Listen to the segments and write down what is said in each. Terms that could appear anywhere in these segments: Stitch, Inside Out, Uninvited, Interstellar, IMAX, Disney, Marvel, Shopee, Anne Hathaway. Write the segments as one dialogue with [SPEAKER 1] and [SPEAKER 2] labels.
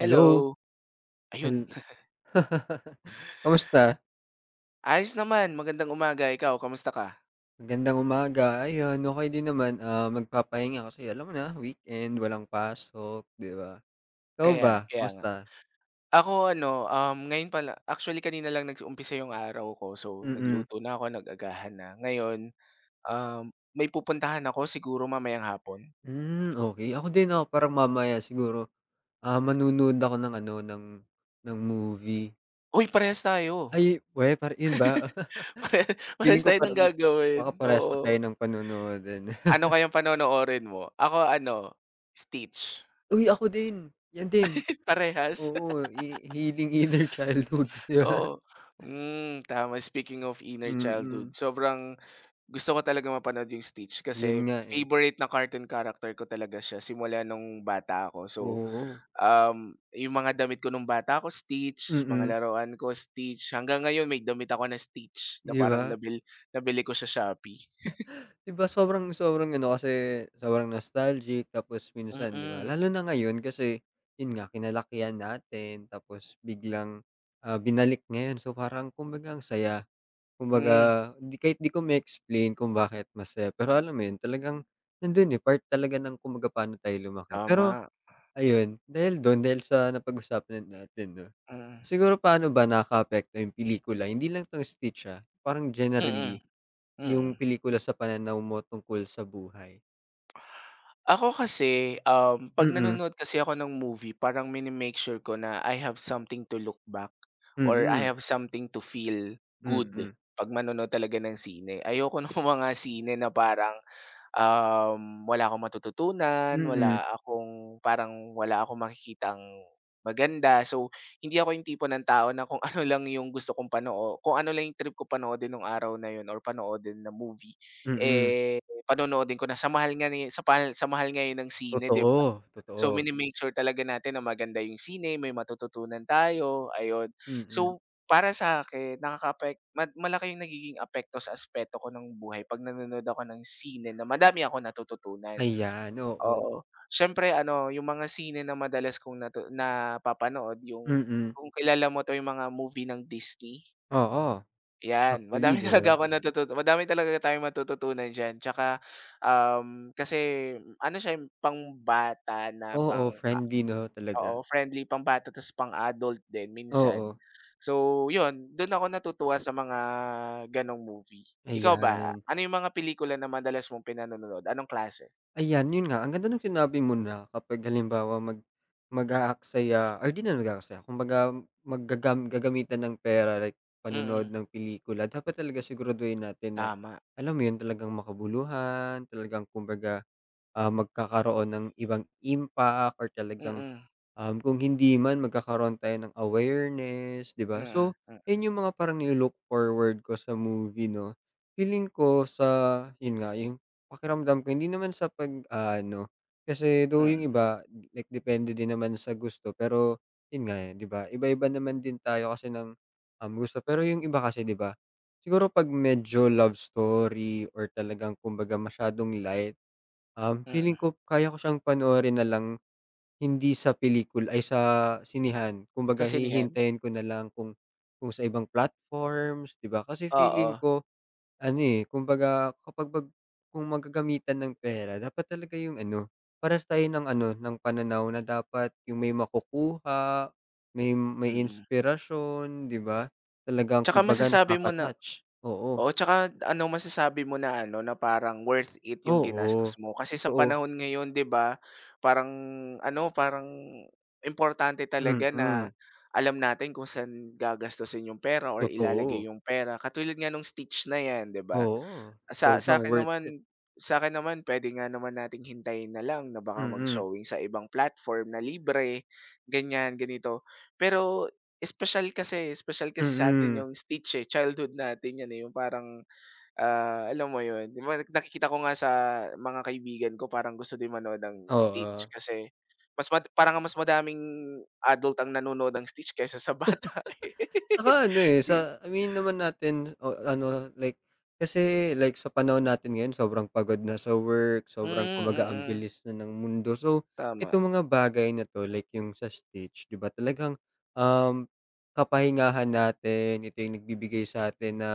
[SPEAKER 1] Hello,
[SPEAKER 2] ayun.
[SPEAKER 1] hel kamusta?
[SPEAKER 2] Ayos naman, magandang umaga. Ikaw, kamusta ka?
[SPEAKER 1] Magandang umaga. Ayun, okey din naman, magpapahinga kasi alam mo na weekend, walang pasok, 'di ba? Ikaw
[SPEAKER 2] Kaya
[SPEAKER 1] ba,
[SPEAKER 2] kaya nga.
[SPEAKER 1] kamusta?
[SPEAKER 2] Ako ano, ngayon pala actually kanina lang nag-umpisa yung araw ko. So,
[SPEAKER 1] Mm.
[SPEAKER 2] nagluto na ako, nag-agahan na. Ngayon, may pupuntahan ako siguro mamayang hapon.
[SPEAKER 1] Okay, ako din, oo, parang mamaya siguro, manonood ako ng ng movie.
[SPEAKER 2] Uy, parehas tayo.
[SPEAKER 1] Ay, we par yun ba?
[SPEAKER 2] Pare
[SPEAKER 1] Feeling
[SPEAKER 2] parehas
[SPEAKER 1] ko
[SPEAKER 2] tayo ng
[SPEAKER 1] parang
[SPEAKER 2] gagawin,
[SPEAKER 1] baka parehas pa tayo
[SPEAKER 2] oo.
[SPEAKER 1] ng panonood din.
[SPEAKER 2] Ano kayang panonoorin mo? Ako ano, Stitch.
[SPEAKER 1] Uy, ako din, yan din.
[SPEAKER 2] Parehas,
[SPEAKER 1] Oo, hi healing inner childhood, 'di ba?
[SPEAKER 2] oo. Hmm, tama. Speaking of inner
[SPEAKER 1] Mm,
[SPEAKER 2] childhood, sobrang gusto ko talaga mapanood yung Stitch
[SPEAKER 1] yun
[SPEAKER 2] kasi
[SPEAKER 1] nga, eh.
[SPEAKER 2] favorite na cartoon character ko talaga siya simula nung bata ako. So,
[SPEAKER 1] Oo,
[SPEAKER 2] yung mga damit ko nung bata ako, Stitch, mga
[SPEAKER 1] mm,
[SPEAKER 2] laruan ko, Stitch. Hanggang ngayon may damit ako na Stitch na
[SPEAKER 1] 'di ba?
[SPEAKER 2] parang nabili ko sa Shopee.
[SPEAKER 1] 'Di ba sobrang sobrang ano kasi sobrang nostalgic tapos
[SPEAKER 2] Mm.
[SPEAKER 1] minsan 'di ba
[SPEAKER 2] Mm,
[SPEAKER 1] lalo na ngayon kasi yun nga kinalakihan natin tapos biglang, binalik ngayon so parang kumbaga ang saya.
[SPEAKER 2] mm,
[SPEAKER 1] Kumbaga di kahit di ko ma-explain kung bakit masaya pero alam mo yun talagang nandun, eh, part talaga ng kumbaga paano tayo lumaki. Pero
[SPEAKER 2] tama.
[SPEAKER 1] ayun, dahil dun, dahil sa napag-usapan natin 'no,
[SPEAKER 2] Mm.
[SPEAKER 1] siguro paano ba nakakaapekto yung pelikula hindi lang 'tong Stitch, parang
[SPEAKER 2] Mm,
[SPEAKER 1] generally yung
[SPEAKER 2] mm.
[SPEAKER 1] pelikula sa pananaw mo tungkol sa buhay.
[SPEAKER 2] Ako kasi, 'pag
[SPEAKER 1] Mm,
[SPEAKER 2] nanonood kasi ako ng movie parang minimake sure ko na I have something to look back or I
[SPEAKER 1] mm,
[SPEAKER 2] have something to feel good
[SPEAKER 1] mm,
[SPEAKER 2] 'pag manonood talaga ng sine. Ayoko ng mga sine na parang wala akong matututunan,
[SPEAKER 1] mm,
[SPEAKER 2] wala akong makikitang maganda. So, hindi ako yung tipo ng tao na kung ano lang yung gusto kong kung ano lang yung trip ko panoodin nung araw na yun or panoodin na movie,
[SPEAKER 1] mm,
[SPEAKER 2] eh, panonoodin ko na. Sa mahal ngayon ng sine, 'di ba?
[SPEAKER 1] totoo,
[SPEAKER 2] So,
[SPEAKER 1] totoo,
[SPEAKER 2] minimake sure talaga natin na maganda yung sine, may matututunan tayo, ayun.
[SPEAKER 1] mm.
[SPEAKER 2] So, para sa'kin nakakaapek ma malaki yung nagiging apekto sa aspeto ko ng buhay 'pag nanonood ako ng sine na madami akong natututunan,
[SPEAKER 1] Ayan, oo,
[SPEAKER 2] oo. Siyempre ano, yung mga sine na madalas kong napapanood yung
[SPEAKER 1] mm,
[SPEAKER 2] kung kilala mo 'to, yung mga movie ng Disney,
[SPEAKER 1] oo,
[SPEAKER 2] 'yan.
[SPEAKER 1] actually
[SPEAKER 2] Madami
[SPEAKER 1] 'di
[SPEAKER 2] talaga
[SPEAKER 1] ba?
[SPEAKER 2] akong natutu madami talaga tayong matututunan diyan. Tsaka, kasi ano siya, eh, pangbata na
[SPEAKER 1] Oo, friendly 'no, talaga,
[SPEAKER 2] Oo, friendly pambata ta's pang-adult din minsan.
[SPEAKER 1] oo,
[SPEAKER 2] So, 'yun do'n ako natutuwa sa mga gano'ng movie. Ikaw ba,
[SPEAKER 1] ayan.
[SPEAKER 2] ano 'yung mga pelikula na madalas mong pinanonood, anong klase?
[SPEAKER 1] Ayan, yun nga, ang ganda nung sinabi mo na kapag halimbawa mag-aaksaya or 'di naman mag-aaksaya, kumbaga gagamitan ng pera like
[SPEAKER 2] Mm,
[SPEAKER 1] panonood ng pelikula, dapat talaga siguraduhin natin na,
[SPEAKER 2] tama.
[SPEAKER 1] alam mo yun, talagang makabuluhan, talagang kumbaga, magkakaroon ng ibang impact or talagang
[SPEAKER 2] Mm,
[SPEAKER 1] Kung hindi man magkakaroon tayo ng awareness, 'di ba?
[SPEAKER 2] mm,
[SPEAKER 1] So,
[SPEAKER 2] mm,
[SPEAKER 1] 'yun yung mga parang nilo-look forward ko sa movie 'no. Feeling ko sa 'yun nga, yung pakiramdam ko hindi naman sa pag ano kasi though
[SPEAKER 2] mm,
[SPEAKER 1] yung iba like depende din naman sa gusto pero 'yun nga, eh, 'di ba iba-iba naman din tayo kasi ng, gusto. Pero yung iba kasi 'di ba, siguro 'pag medyo love story or talagang kumbaga masyadong light, feeling
[SPEAKER 2] mm.
[SPEAKER 1] ko kaya ko siyang panoorin na lang hindi sa pelikul ay sa sinehan. Kumbaga
[SPEAKER 2] Kasinihan?
[SPEAKER 1] hihintayin ko na lang kung sa ibang platforms, 'di ba? Kasi feeling
[SPEAKER 2] Oo,
[SPEAKER 1] ko ano, eh, kumbaga kapag bag kung maggagamitan ng pera dapat talaga yung ano, parehas tayo ng ano, ng pananaw na dapat yung may makukuha, may
[SPEAKER 2] mm.
[SPEAKER 1] inspirasyon, 'di ba? Talagang
[SPEAKER 2] Tsaka
[SPEAKER 1] kumbaga
[SPEAKER 2] masasabi mo na
[SPEAKER 1] nakaka-touch. Oo,
[SPEAKER 2] Oo, tsaka ano masasabi mo na ano, na parang worth it yung ginastos
[SPEAKER 1] oo,
[SPEAKER 2] mo? Kasi sa
[SPEAKER 1] totoo.
[SPEAKER 2] panahon ngayon 'di ba, parang ano, parang importante talaga
[SPEAKER 1] Mm,
[SPEAKER 2] na alam natin kung saan gagastusin yung pera or ilalagay
[SPEAKER 1] totoo.
[SPEAKER 2] yung pera. Katulad nga nung Stitch na 'yan, 'di ba?
[SPEAKER 1] Oo,
[SPEAKER 2] Sa sa
[SPEAKER 1] sobrang
[SPEAKER 2] sa'kin
[SPEAKER 1] worth it.
[SPEAKER 2] naman sa'kin naman puwede nga naman nating hintayin na lang na baka
[SPEAKER 1] Mm,
[SPEAKER 2] mag-showing sa ibang platform na libre, ganyan, ganito. Pero espesyal kasi sa atin
[SPEAKER 1] mm.
[SPEAKER 2] yung Stitch, eh, childhood natin 'yan, eh, yung parang ah, alam mo 'yun, 'di ba nakikita ko nga sa mga kaibigan ko parang gusto din manood ng Stitch
[SPEAKER 1] Oo.
[SPEAKER 2] kasi mas mad parang mas madaming adult ang nanonood ng Stitch kaysa sa bata.
[SPEAKER 1] Saka ano, eh,
[SPEAKER 2] Eh.
[SPEAKER 1] sa aminin naman natin o ano, like kasi like sa panahon natin ngayon sobrang pagod na sa work,
[SPEAKER 2] Hmm,
[SPEAKER 1] sobrang kumbaga ang
[SPEAKER 2] mm.
[SPEAKER 1] bilis na ng mundo. So,
[SPEAKER 2] Tama,
[SPEAKER 1] itong mga bagay na 'to like yung sa Stitch, 'di ba talagang, um, kapahingahan natin, ito yung nagbibigay sa atin na,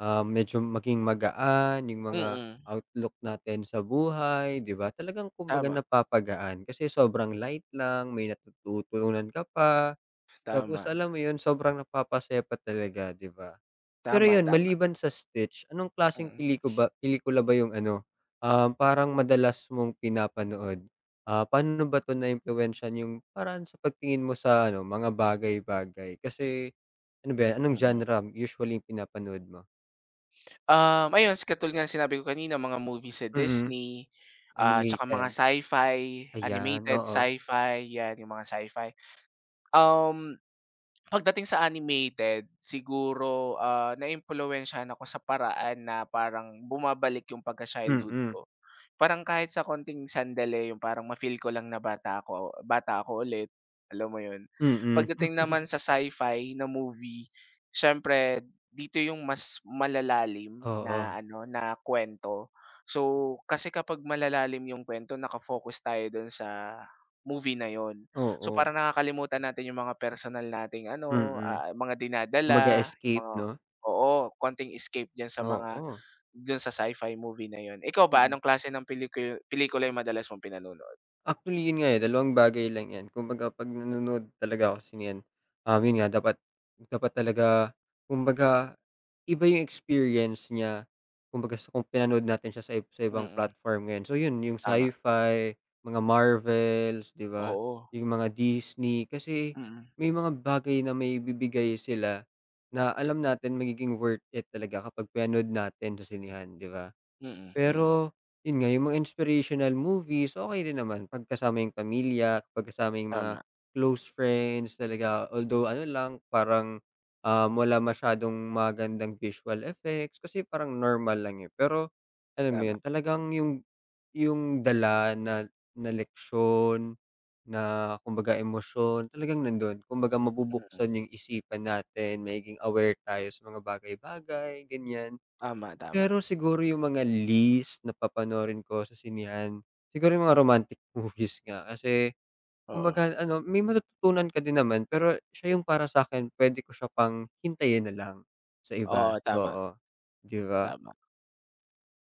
[SPEAKER 1] medyo maging magaan yung mga
[SPEAKER 2] mm.
[SPEAKER 1] outlook natin sa buhay, 'di ba? Talagang kumbaga
[SPEAKER 2] Tama,
[SPEAKER 1] napapagaan kasi sobrang light lang, may natututunan ka pa. Tapos
[SPEAKER 2] tama,
[SPEAKER 1] alam mo 'yun, sobrang napapasaya pa talaga, 'di ba? Pero
[SPEAKER 2] tama,
[SPEAKER 1] 'yun,
[SPEAKER 2] tama,
[SPEAKER 1] maliban sa Stitch, anong klaseng
[SPEAKER 2] mm,
[SPEAKER 1] peliko ba pelikula ba 'yung ano, parang madalas mong pinapanood? Ah, paano ba 'to naimpluwensyahan 'yung paraan sa pagtingin mo sa ano, mga bagay-bagay? Kasi ano ba 'yan, anong
[SPEAKER 2] mm.
[SPEAKER 1] genre usually 'yung pinapanood mo?
[SPEAKER 2] Ayun, katulad nga ng sinabi ko kanina mga movie sa
[SPEAKER 1] Mm,
[SPEAKER 2] Disney, tsaka mga
[SPEAKER 1] animated.
[SPEAKER 2] sci-fi,
[SPEAKER 1] Ayan,
[SPEAKER 2] animated
[SPEAKER 1] oo.
[SPEAKER 2] sci-fi, 'yan yung mga sci-fi. Um Pagdating sa animated, siguro, naimpluwensyahan ako sa paraan na parang bumabalik yung pagka-childhood
[SPEAKER 1] Mm,
[SPEAKER 2] ko. Parang kahit sa konting sandali yung parang ma-feel ko lang na bata ako ulit, alam mo yun?
[SPEAKER 1] mm.
[SPEAKER 2] Pagdating naman sa sci-fi na movie, siyempre dito yung mas malalalim
[SPEAKER 1] Oo,
[SPEAKER 2] na ano, na kwento. So, kasi kapag malalalim yung kwento naka-focus tayo dun sa movie na yon. So,
[SPEAKER 1] oo.
[SPEAKER 2] parang nakakalimutan natin yung mga personal nating ano,
[SPEAKER 1] Mm.
[SPEAKER 2] mga
[SPEAKER 1] Kumbaga
[SPEAKER 2] dinadala, yung
[SPEAKER 1] escape
[SPEAKER 2] mga
[SPEAKER 1] 'no?
[SPEAKER 2] oo, konting escape diyan sa mga
[SPEAKER 1] Oo,
[SPEAKER 2] dun sa sci-fi movie na yun. Ikaw ba
[SPEAKER 1] mm.
[SPEAKER 2] anong klase ng pelikula yung madalas mong pinanonood?
[SPEAKER 1] Actually, yun nga, eh, dalawang bagay lang 'yan. Kumbaga 'pag nanonood talaga ako kasi niyan, yun nga dapat dapat talaga kumbaga iba yung experience niya kumbaga sa kung pinanood natin siya sa sa ibang
[SPEAKER 2] Mm,
[SPEAKER 1] platform ngayon. So yun, yung
[SPEAKER 2] tama.
[SPEAKER 1] sci-fi, mga Marvels, 'di ba,
[SPEAKER 2] Oo,
[SPEAKER 1] yung mga Disney. Kasi
[SPEAKER 2] mm,
[SPEAKER 1] may mga bagay na may bibigay sila na alam natin magiging worth it talaga kapag pinanood natin sa sinihan 'di ba?
[SPEAKER 2] mm, mm.
[SPEAKER 1] Pero, yun nga, yung mga inspirational movies, okay din naman pagkasama yung pamilya, pagkasama yung mga
[SPEAKER 2] Tama,
[SPEAKER 1] close friends talaga. Although ano lang, parang, wala masyadong magandang visual effects kasi parang normal lang, eh. Pero alam mo
[SPEAKER 2] tama,
[SPEAKER 1] yun, talagang yung dala na na leksyon, na kumbaga emosyon, talagang nandun. Kumbaga
[SPEAKER 2] mm.
[SPEAKER 1] mabubuksan yung isipan natin, magiging aware tayo sa mga bagay-bagay, ganyan.
[SPEAKER 2] Tama, tama,
[SPEAKER 1] Pero siguro yung mga least na papanoorin ko sa sinehan, siguro yung mga romantic movies nga kasi
[SPEAKER 2] oo.
[SPEAKER 1] kumbaga ano, may matututunan ka din naman pero siya yung para sa'kin puwede ko siya pang hintayin na lang sa iba,
[SPEAKER 2] Oo, tama,
[SPEAKER 1] oo, 'di ba?
[SPEAKER 2] tama.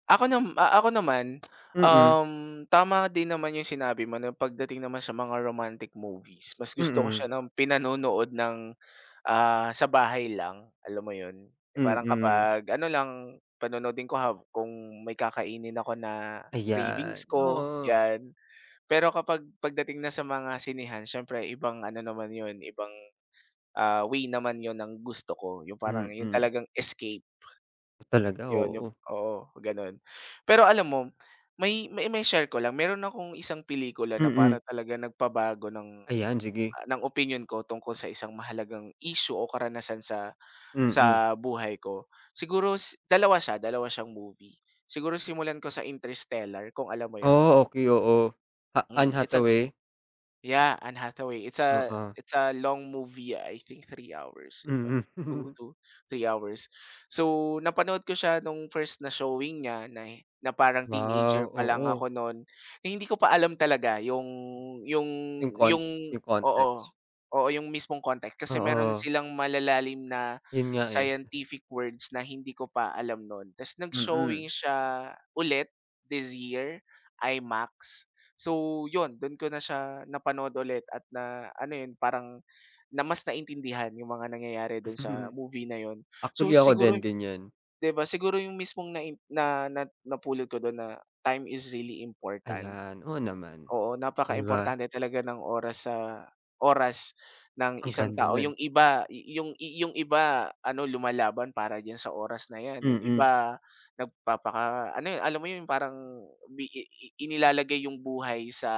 [SPEAKER 2] Ako naman,
[SPEAKER 1] Mm,
[SPEAKER 2] tama din naman yung sinabi mo na pagdating naman sa mga romantic movies, mas gusto ko siya
[SPEAKER 1] mm,
[SPEAKER 2] ng pinanonood ng sa bahay lang, alam mo 'yun? Yung parang
[SPEAKER 1] mm.
[SPEAKER 2] kapag ano lang, panonoodin ko kung may kakainin ako na
[SPEAKER 1] Ayan,
[SPEAKER 2] cravings ko,
[SPEAKER 1] oo,
[SPEAKER 2] 'yan. Pero kapag pagdating na sa mga sinehan siyempre ibang ano naman 'yun, ibang, way naman 'yun ng gusto ko, yung parang 'yun
[SPEAKER 1] mm.
[SPEAKER 2] talagang escape,
[SPEAKER 1] Talaga,
[SPEAKER 2] 'yun yung
[SPEAKER 1] oo.
[SPEAKER 2] oo, gano'n. Pero alam mo, may mai-share ko lang, meron akong isang pelikula na
[SPEAKER 1] Mm,
[SPEAKER 2] para talaga nagpabago ng,
[SPEAKER 1] ayan sige,
[SPEAKER 2] ng opinyon ko tungkol sa isang mahalagang issue o karanasan sa
[SPEAKER 1] mm.
[SPEAKER 2] buhay ko. Siguro dalawa siya, dalawa siyang movie. Siguro simulan ko sa Interstellar, kung alam mo 'yun?
[SPEAKER 1] Oh, okey, oo. Ha Anne
[SPEAKER 2] Mm, it's a
[SPEAKER 1] Hathaway?
[SPEAKER 2] Yeah, Anne Hathaway. It's a
[SPEAKER 1] Oo,
[SPEAKER 2] it's a long movie. I think three hours if,
[SPEAKER 1] mm.
[SPEAKER 2] two to 3 hours. So, napanood ko siya nung first na showing niya na na parang
[SPEAKER 1] Wow,
[SPEAKER 2] teenager pa lang
[SPEAKER 1] oo.
[SPEAKER 2] ako nun, na hindi ko pa alam talaga yung yung
[SPEAKER 1] Yung con yung
[SPEAKER 2] oo,
[SPEAKER 1] context.
[SPEAKER 2] oo, yung mismong context kasi meron
[SPEAKER 1] Oo,
[SPEAKER 2] silang malalalim na
[SPEAKER 1] yun nga, eh.
[SPEAKER 2] scientific words na hindi ko pa alam nun. Ta's nag-showing
[SPEAKER 1] Mm.
[SPEAKER 2] siya ulit this year, IMAX. So yun, dun ko na siya napanood ulit at na ano yun, parang na mas naintindihan yung mga nangyayari dun sa movie na yun. So
[SPEAKER 1] Actually ako
[SPEAKER 2] siguro
[SPEAKER 1] din ganyan.
[SPEAKER 2] 'di ba, siguro yung mismong na na na napulot ko dun na time is really important.
[SPEAKER 1] Ayan, oo naman,
[SPEAKER 2] Oo,
[SPEAKER 1] 'di ba?
[SPEAKER 2] napakaimportante talaga ng oras ng
[SPEAKER 1] Ang
[SPEAKER 2] isang
[SPEAKER 1] ganda
[SPEAKER 2] tao.
[SPEAKER 1] nun.
[SPEAKER 2] Yung iba yu yung y- yung iba ano, lumalaban para diyan sa oras na 'yan. Yung
[SPEAKER 1] Mm,
[SPEAKER 2] iba nagpapaka ano yun, alam mo yun parang bi i inilalagay yung buhay sa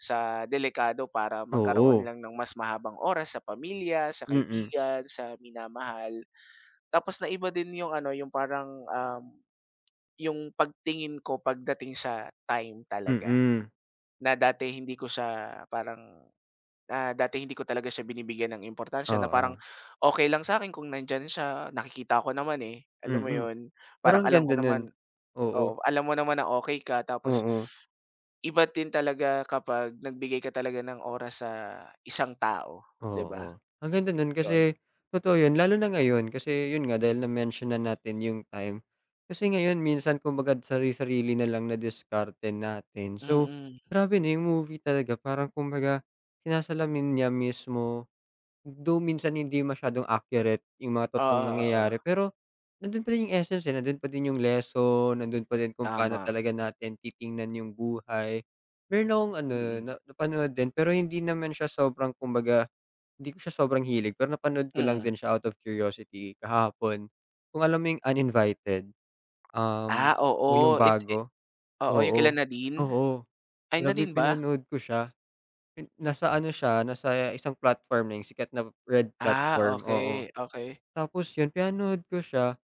[SPEAKER 2] delikado para magkaroon
[SPEAKER 1] oo.
[SPEAKER 2] lang ng mas mahabang oras sa pamilya, sa
[SPEAKER 1] Mm,
[SPEAKER 2] kaibigan, sa minamahal. Tapos na iba din yung ano, yung parang, yung pagtingin ko pagdating sa time talaga.
[SPEAKER 1] mm,
[SPEAKER 2] Na dati hindi ko siya parang, ah, Dati hindi ko talaga siya binibigyan ng importansya na parang
[SPEAKER 1] oo,
[SPEAKER 2] okay lang sa akin kung nandiyan siya, nakikita ko naman, eh, alam mo
[SPEAKER 1] mm.
[SPEAKER 2] 'yun?
[SPEAKER 1] Pero
[SPEAKER 2] Parang
[SPEAKER 1] ang
[SPEAKER 2] alam
[SPEAKER 1] ganda
[SPEAKER 2] ko naman
[SPEAKER 1] nun. Oo,
[SPEAKER 2] oo, alam mo naman na okay ka tapos
[SPEAKER 1] oo.
[SPEAKER 2] iba din talaga kapag nagbigay ka talaga ng oras sa isang tao, 'di ba?
[SPEAKER 1] Oo, ang ganda nun
[SPEAKER 2] 'Yun.
[SPEAKER 1] kasi totoo yun lalo na ngayon kasi yun nga dahil na-mention na natin yung time. Kasi ngayon minsan kumbaga sari-sarili na lang na diskarte natin. So,
[SPEAKER 2] Mm.
[SPEAKER 1] grabe na yung movie talaga parang kumbaga sinasalamin niya mismo, though minsan hindi masyadong accurate yung mga
[SPEAKER 2] Oo,
[SPEAKER 1] totoong
[SPEAKER 2] oo,
[SPEAKER 1] nangyayari
[SPEAKER 2] oo.
[SPEAKER 1] pero nandun pa din yung essence, eh, nandun pa din yung lesson, nandun pa din kung paano
[SPEAKER 2] Tama.
[SPEAKER 1] talaga natin titingnan yung buhay. Meron akong ano
[SPEAKER 2] Mm,
[SPEAKER 1] na napanood din pero hindi naman siya sobrang kumbaga hindi ko siya sobrang hilig pero napanood ko lang
[SPEAKER 2] mm.
[SPEAKER 1] din siya out of curiosity kahapon. Kung alam mo yung Uninvited, um,
[SPEAKER 2] Ah,
[SPEAKER 1] o yung
[SPEAKER 2] oo. It i
[SPEAKER 1] bago,
[SPEAKER 2] Oo, yung kila
[SPEAKER 1] oo,
[SPEAKER 2] Nadine?
[SPEAKER 1] oo.
[SPEAKER 2] Ay,
[SPEAKER 1] Grabe
[SPEAKER 2] Nadine ba?
[SPEAKER 1] pinanood ko siya, nasa ano siya, nasa isang platform na yung sikat na red
[SPEAKER 2] Ah,
[SPEAKER 1] platform, oo.
[SPEAKER 2] okey, okey.
[SPEAKER 1] Tapos yun pinanood ko siya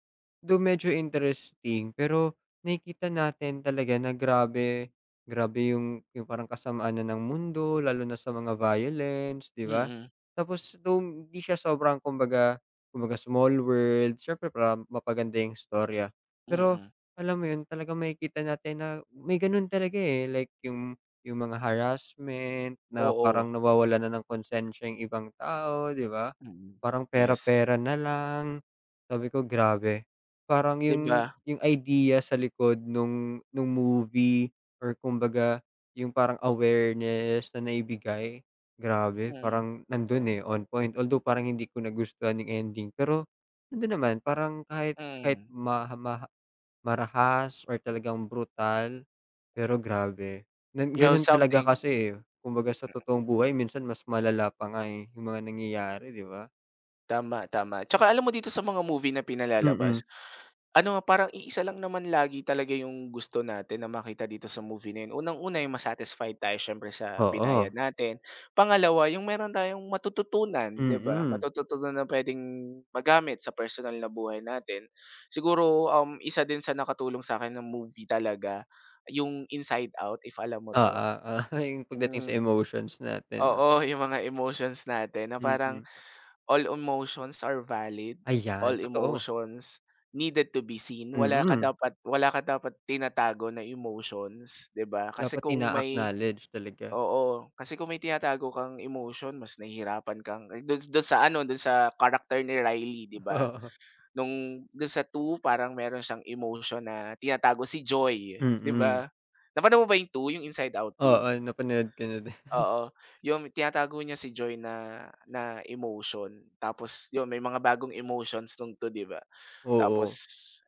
[SPEAKER 1] though medyo interesting, pero nakikita natin talaga na grabe, grabe yung parang kasamaan na ng mundo lalo na sa mga violence, 'di ba?
[SPEAKER 2] Mm,
[SPEAKER 1] Tapos though hindi siya sobrang kumbaga kumbaga small world, siyempre para mapaganda yung storya. Pero
[SPEAKER 2] mm.
[SPEAKER 1] alam mo yun, talagang makikita natin na may ganun talaga, eh, like yung mga harassment na
[SPEAKER 2] Oo,
[SPEAKER 1] parang nawawalan na ng konsensiya yung ibang tao, 'di ba?
[SPEAKER 2] mm.
[SPEAKER 1] Parang
[SPEAKER 2] Yes,
[SPEAKER 1] pera-pera na lang. Sabi ko, grabe. Parang
[SPEAKER 2] 'di ba?
[SPEAKER 1] yung idea sa likod nung movie or kumbaga yung parang awareness na naibigay, grabe
[SPEAKER 2] Mm,
[SPEAKER 1] parang nandun, eh, on point. Although parang hindi ko nagustuhan yung ending, pero nandun naman parang kahit kahit
[SPEAKER 2] mm.
[SPEAKER 1] maha maha marahas or talagang brutal, pero grabe.
[SPEAKER 2] You have
[SPEAKER 1] Ganun talaga
[SPEAKER 2] something
[SPEAKER 1] kasi, eh, kumbaga sa totoong buhay minsan mas malala pa nga, eh, yung mga nangyayari, 'di ba?
[SPEAKER 2] tama, tama. Tsaka alam mo dito sa mga movie na pinalalabas,
[SPEAKER 1] Mm,
[SPEAKER 2] ano, parang iisa lang naman lagi talaga yung gusto natin na makita dito sa movie na yun. Unang-una yung ma-satisfied tayo siyempre sa
[SPEAKER 1] oo,
[SPEAKER 2] binayad natin. Pangalawa, yung meron tayong matututunan, 'di ba?
[SPEAKER 1] mm.
[SPEAKER 2] Matututunan na puwedeng magamit sa personal na buhay natin. Siguro, isa din sa nakatulong sa akin ng movie talaga, yung Inside Out, if alam mo
[SPEAKER 1] Oo,
[SPEAKER 2] 'to?
[SPEAKER 1] oo, yung pagdating sa
[SPEAKER 2] Hmm.
[SPEAKER 1] emotions natin 'no,
[SPEAKER 2] Oo, yung mga emotions natin na parang
[SPEAKER 1] mm.
[SPEAKER 2] all emotions are valid,
[SPEAKER 1] Ayan,
[SPEAKER 2] all
[SPEAKER 1] totoo,
[SPEAKER 2] emotions needed to be seen. Wala ka
[SPEAKER 1] mm.
[SPEAKER 2] dapat wala ka dapat tinatago na emotions, 'di ba? Kasi
[SPEAKER 1] Dapat
[SPEAKER 2] kung may
[SPEAKER 1] ina-acknowledge talaga.
[SPEAKER 2] oo, kasi kung may tinatago kang emotion, mas nahihirapan kang eh, dun sa character ni Riley, 'di ba?
[SPEAKER 1] Oo,
[SPEAKER 2] Nung dun sa two parang meron siyang emotion na tinatago si Joy, 'di
[SPEAKER 1] mm.
[SPEAKER 2] ba? Napanood mo ba yung two, yung Inside Out 2?
[SPEAKER 1] Oo, napanood ko na din,
[SPEAKER 2] Oo, yung tinatago niya si Joy na na emotion tapos yun may mga bagong emotions nung 2, 'di ba? Tapos
[SPEAKER 1] oo,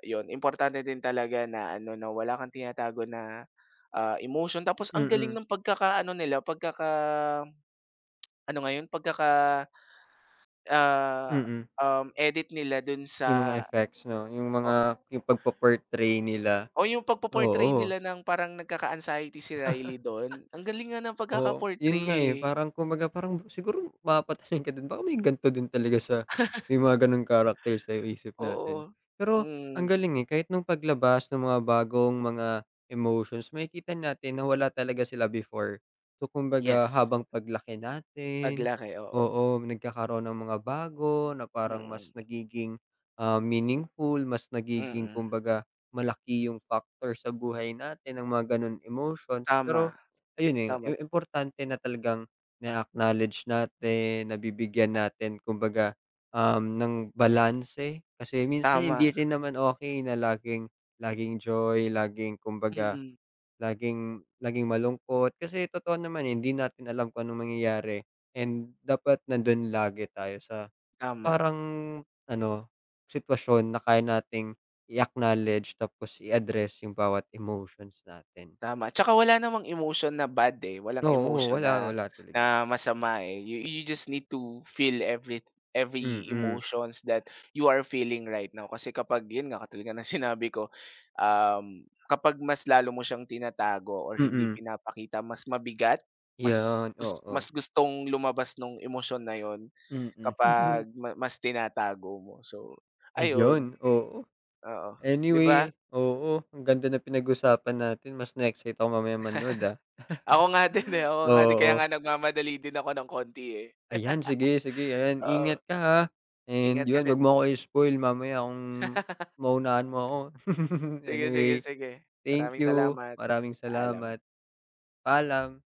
[SPEAKER 2] yun importante din talaga na ano na wala kang tinatago na, emotion tapos ang galing
[SPEAKER 1] mm,
[SPEAKER 2] ng pagkaka ano nila pagkaka ano nga yun pagkaka, ah,
[SPEAKER 1] mm.
[SPEAKER 2] edit nila dun
[SPEAKER 1] Yung mga
[SPEAKER 2] sa
[SPEAKER 1] effects 'no, yung
[SPEAKER 2] o
[SPEAKER 1] mga yung pagpo-portray nila,
[SPEAKER 2] o yung pagpo-portray
[SPEAKER 1] oo.
[SPEAKER 2] nila ng parang nagkaka-anxiety si Riley dun ang galing nga ng
[SPEAKER 1] Oo,
[SPEAKER 2] pagkaka-portray,
[SPEAKER 1] yun nga, eh,
[SPEAKER 2] eh,
[SPEAKER 1] parang kumbaga parang siguro mapapatalino ka din baka may ganito din talaga sa may mga gano'ng character sa isip
[SPEAKER 2] oo,
[SPEAKER 1] natin. Pero ang
[SPEAKER 2] hmm,
[SPEAKER 1] galing, eh, kahit nung paglabas ng mga bagong mga emotions makikita natin na wala talaga sila before. So, kumbaga
[SPEAKER 2] yes.
[SPEAKER 1] habang paglaki natin,
[SPEAKER 2] Paglaki, oo.
[SPEAKER 1] oo, nagkakaroon ng mga bago na parang
[SPEAKER 2] Mm,
[SPEAKER 1] mas nagiging, meaningful, mas nagiging
[SPEAKER 2] mm.
[SPEAKER 1] kumbaga malaki yung factor sa buhay natin ng mga gano'n emotions.
[SPEAKER 2] Tama,
[SPEAKER 1] Pero ayun, eh,
[SPEAKER 2] tama,
[SPEAKER 1] importante na talagang na-acknowledge natin, nabibigyan natin kumbaga, ng balanse. Kasi minsan
[SPEAKER 2] tama.
[SPEAKER 1] hindi rin naman okay na laging laging joy, laging kumbaga,
[SPEAKER 2] Mm,
[SPEAKER 1] laging laging malungkot. Kasi totoo naman, eh, hindi natin alam kung anong mangyayari and dapat nandun lagi tayo sa
[SPEAKER 2] tama,
[SPEAKER 1] parang ano, sitwasyon na kaya nating i-acknowledge tapos i-address yung bawat emotions natin.
[SPEAKER 2] tama. Tsaka wala namang emotion na bad, eh, walang
[SPEAKER 1] Oo,
[SPEAKER 2] emotion
[SPEAKER 1] wala,
[SPEAKER 2] na
[SPEAKER 1] wala talaga.
[SPEAKER 2] na masama, eh. You just need to feel every
[SPEAKER 1] Mm,
[SPEAKER 2] emotions that you are feeling right now. Kasi kapag yun nga, katulad nga ng sinabi ko, um, kapag mas lalo mo siyang tinatago or hindi
[SPEAKER 1] mm.
[SPEAKER 2] pinapakita mas mabigat, mas
[SPEAKER 1] 'Yon,
[SPEAKER 2] gus mas
[SPEAKER 1] oo.
[SPEAKER 2] gustong lumabas nung emotion na yun.
[SPEAKER 1] Mm.
[SPEAKER 2] Kapag mas tinatago mo. So,
[SPEAKER 1] Ayun,
[SPEAKER 2] ayun,
[SPEAKER 1] oo.
[SPEAKER 2] oo. 'Di ba?
[SPEAKER 1] Anyway, oo, ang ganda ng pinag-usapan natin mas na-excite ako mamayang manood, ah.
[SPEAKER 2] Ako nga din, eh, ako nga din kaya
[SPEAKER 1] Oo,
[SPEAKER 2] nga nagmamadali din ako ng konti, eh.
[SPEAKER 1] ayan sige, sige ayan
[SPEAKER 2] Oo,
[SPEAKER 1] ingat ka, ha, and
[SPEAKER 2] ingat ka
[SPEAKER 1] 'yon 'wag mo
[SPEAKER 2] din.
[SPEAKER 1] ako i-spoil mamaya kung maunahan mo ako.
[SPEAKER 2] Sige,
[SPEAKER 1] Anyway,
[SPEAKER 2] sige, sige.
[SPEAKER 1] thank
[SPEAKER 2] Maraming
[SPEAKER 1] you,
[SPEAKER 2] salamat.
[SPEAKER 1] maraming
[SPEAKER 2] Paalam.
[SPEAKER 1] salamat, paalam.